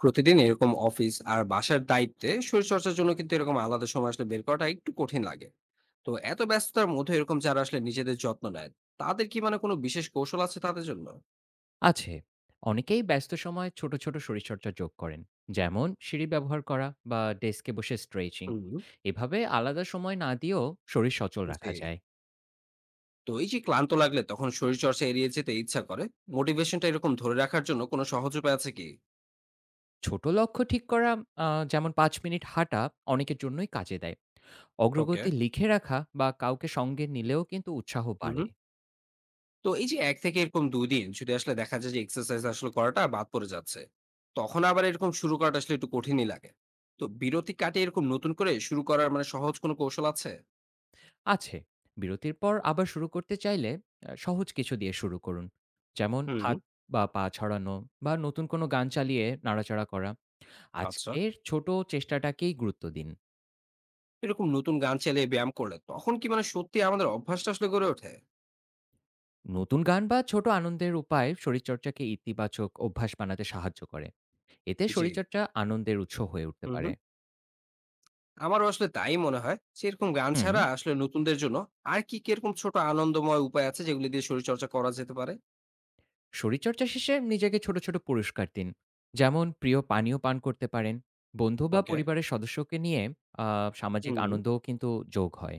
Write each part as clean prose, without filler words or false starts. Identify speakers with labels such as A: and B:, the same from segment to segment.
A: প্রতিদিন এরকম অফিস আর বাসার দায়িত্বে শরীরচর্চার জন্য কিন্তু এরকম আলাদা সময় আসলে বের করাটা একটু কঠিন লাগে। তো এত ব্যস্ততার মধ্যে এরকম যারা আসলে নিজেদের যত্ন নেয়, তাদের কি মানে কোনো বিশেষ কৌশল আছে তাদের জন্য?
B: আছে। অনেকেই ব্যস্ত সময়ে ছোট, ছোট শরীরচর্চা যোগ করেন। যেমন সিঁড়ি ব্যবহার করা বা ডেস্কে বসে স্ট্রেচিং।
A: হুম।
B: এভাবে আলাদা সময় না দিয়েও শরীর সচল রাখা
A: জি।
B: যায়।
A: তো এই যে ক্লান্ত লাগলে তখন শরীরচর্চা এড়িয়ে যেতে ইচ্ছা করে, মোটিভেশনটা এরকম ধরে রাখার জন্য কোনো সহজ উপায় আছে কি?
B: ছোট লক্ষ্য ঠিক করা আ যেমন ৫ মিনিট হাঁটা অনেকের জন্যই কাজে দেয়।
A: ওকে।
B: অগ্রগতি লিখে রাখা বা কাউকে সঙ্গে নিলেও কিন্তু উৎসাহ
A: হুম।
B: বাড়ে।
A: তো এই যে ১ থেকে এরকম ২ দিন যদি আসলে দেখা যায় যে এক্সারসাইজ আসলে করাটা বাদ পড়ে যাচ্ছে, তখন আবার এরকম শুরু করাটা আসলে একটু কঠিনই লাগে। তো বিরতি কাটিয়ে এরকম নতুন করে শুরু করার মানে সহজ কোনো কৌশল আছে?
B: আছে। বিরতির পর আবার শুরু করতে চাইলে সহজ কিছু দিয়ে শুরু করুন। যেমন
A: হুম,
B: হাত বা পা ছড়ানো বা নতুন কোনো গান চালিয়ে নাড়াচাড়া করা।
A: আচ্ছা।
B: আজকের ছোট চেষ্টাটাকেই গুরুত্ব দিন।
A: এরকম নতুন গান চালিয়ে ব্যায়াম করলে তখন কি মানে সত্যি আমাদের অভ্যাসটা আসলে গড়ে ওঠে?
B: নতুন গান বা ছোট আনন্দের উপায় শরীরচর্চাকে ইতিবাচক অভ্যাস বানাতে সাহায্য করে। এতে
A: জি।
B: শরীরচর্চা আনন্দের উৎস হয়ে উঠতে
A: হুম,
B: পারে।
A: হুম। আমারও আসলে তাই মনে হয় যে এরকম গান
B: হুম,
A: ছাড়া আসলে নতুনদের জন্য আর কি, কি এরকম ছোট আনন্দময় উপায় আছে যেগুলো দিয়ে শরীরচর্চা করা যেতে পারে?
B: শরীরচর্চা শেষে নিজেকে ছোট, ছোট পুরস্কার দিন। যেমন প্রিয় পানীয় পান করতে পারেন। বন্ধু বা
A: ওকে।
B: পরিবারের সদস্যকে নিয়ে আ সামাজিক
A: হুম।
B: আনন্দও কিন্তু যোগ হয়।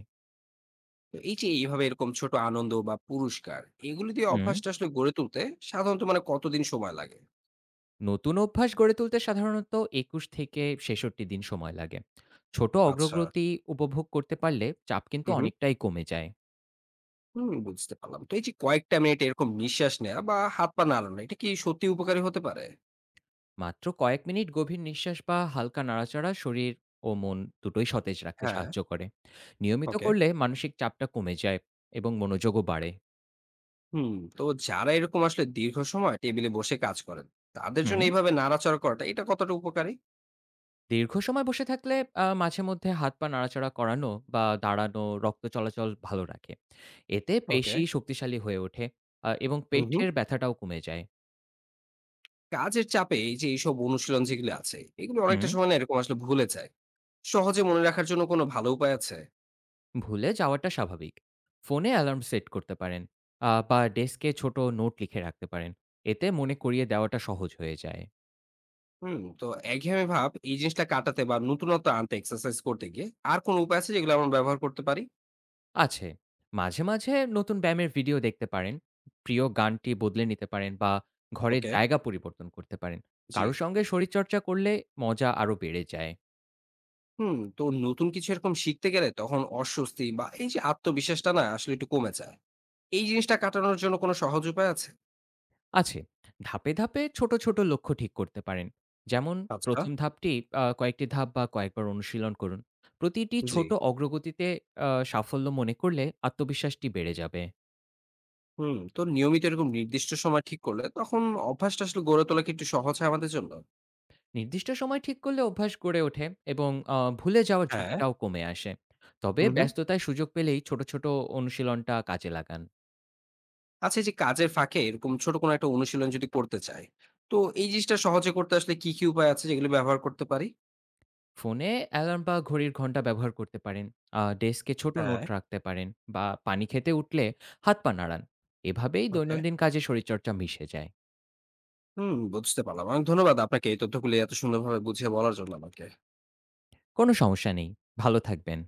A: তো এই যে এইভাবে এরকম ছোট আনন্দ বা পুরস্কার এগুলো দিয়ে
B: হুম,
A: অভ্যাসটা আসলে গড়ে তুলতে সাধারণত মানে কতদিন সময় লাগে?
B: নতুন অভ্যাস গড়ে তুলতে সাধারণত ২১ থেকে ৬৬ দিন সময় লাগে। ছোট
A: আচ্ছা।
B: অগ্রগতি উপভোগ করতে পারলে চাপ কিন্তু
A: হুম হুম।
B: অনেকটাই কমে যায়।
A: হুম, বুঝতে পারলাম। তো এই যে কয়েকটা মিনিট এরকম নিঃশ্বাস নেওয়া বা হাত পা নাড়ানো এটা কি সত্যি উপকারী হতে পারে?
B: মাত্র কয়েক মিনিট গভীর নিঃশ্বাস বা হালকা নাড়াচাড়া শরীর ও মন দুটোই সতেজ রাখতে
A: হ্যাঁ।
B: সাহায্য করে। নিয়মিত
A: ওকে।
B: করলে মানসিক চাপটা কমে যায় এবং মনোযোগও বাড়ে।
A: হুম। তো যারা এরকম আসলে দীর্ঘ সময় টেবিলে বসে কাজ করেন, তাদের
B: হুম
A: জন্য এইভাবে নাড়াচাড়া করাটা এটা কতটা উপকারী?
B: দীর্ঘ সময় বসে থাকলে মাঝে মধ্যে হাত পা নাড়াচাড়া করানো বা দাঁড়ানো রক্ত চলাচল ভালো রাখে। এতে
A: ওকে।
B: পেশি শক্তিশালী হয়ে ওঠে, এবং
A: হুম হুম।
B: পেটের ব্যথাটাও কমে যায়।
A: কাজের চাপে এই যে এইসব অনুশীলন যেগুলো আছে এগুলো
B: হুম
A: অনেকটা সময় না এরকম আসলে ভুলে যায়। সহজে মনে রাখার জন্য কোনো ভালো উপায় আছে?
B: ভুলে যাওয়াটা স্বাভাবিক। ফোনে অ্যালার্ম সেট করতে পারেন, বা ডেস্কে ছোট নোট লিখে রাখতে পারেন। এতে মনে করিয়ে দেওয়াটা সহজ হয়ে যায়।
A: হুম, তো একঘেয়েমি ভাব এই জিনিসটা কাটাতে বা নতুনত্ব আনতে এক্সারসাইজ করতে গিয়ে আর কোন উপায় আছে যেগুলো আমরা ব্যবহার করতে পারি?
B: আছে। মাঝে, মাঝে নতুন ব্যায়ামের ভিডিও দেখতে পারেন। প্রিয় গানটি বদলে নিতে পারেন বা ঘরের
A: ওকে।
B: জায়গা পরিবর্তন করতে পারেন।
A: জি।
B: কারো সঙ্গে শরীরচর্চা করলে মজা আরো বেড়ে যায়।
A: হুম, তো নতুন কিছু এরকম শিখতে গেলে তখন অস্বস্তি বা এই যে আত্মবিশ্বাসটা না আসলে একটু কমে যায়। এই জিনিসটা কাটানোর জন্য কোনো সহজ উপায় আছে?
B: আছে, ধাপে, ধাপে ছোট, ছোট লক্ষ্য ঠিক করতে পারেন। যেমন
A: আচ্ছা।
B: ১ম ধাপটি কয়েকটি ধাপ বা কয়েকবার অনুশীলন করুন। প্রতিটি
A: জি।
B: ছোট অগ্রগতিতে সাফল্য মনে করলে আত্মবিশ্বাসটি বেড়ে যাবে।
A: হুম, তো নিয়মিত এরকম নির্দিষ্ট সময় ঠিক করলে তখন অভ্যাসটা আসলে গড়ে তোলা কি একটু সহজ হয় আমাদের জন্য?
B: নির্দিষ্ট সময় ঠিক করলে অভ্যাস গড়ে ওঠে এবং ভুলে যাওয়ার
A: হ্যাঁ।
B: ঝুঁকিটাও কমে আসে। তবে
A: হুম হুম।
B: ব্যস্ততায় সুযোগ পেলেই ছোট, ছোট অনুশীলনটা কাজে লাগান।
A: আচ্ছা, এই যে কাজের ফাঁকে এরকম ছোট কোনো একটা অনুশীলন যদি করতে চাই, তো এই জিনিসটা সহজে করতে আসলে কি কি উপায় আছে যেগুলো ব্যবহার করতে পারি?
B: ফোনে অ্যালার্ম বা ঘড়ির ঘণ্টা ব্যবহার করতে পারেন। ডেস্কে ছোট নোট
A: হ্যাঁ,
B: রাখতে পারেন বা পানি খেতে উঠলে হাত পা নাড়ান। এভাবেই
A: ওকে।
B: দৈনন্দিন কাজে শরীরচর্চা মিশে যায়।
A: হুম, বুঝতে পারলাম। অনেক ধন্যবাদ আপনাকে এই তথ্যগুলি এত সুন্দরভাবে বুঝিয়ে বলার জন্য আমাকে।
B: কোনো সমস্যা নেই। ভালো থাকবেন।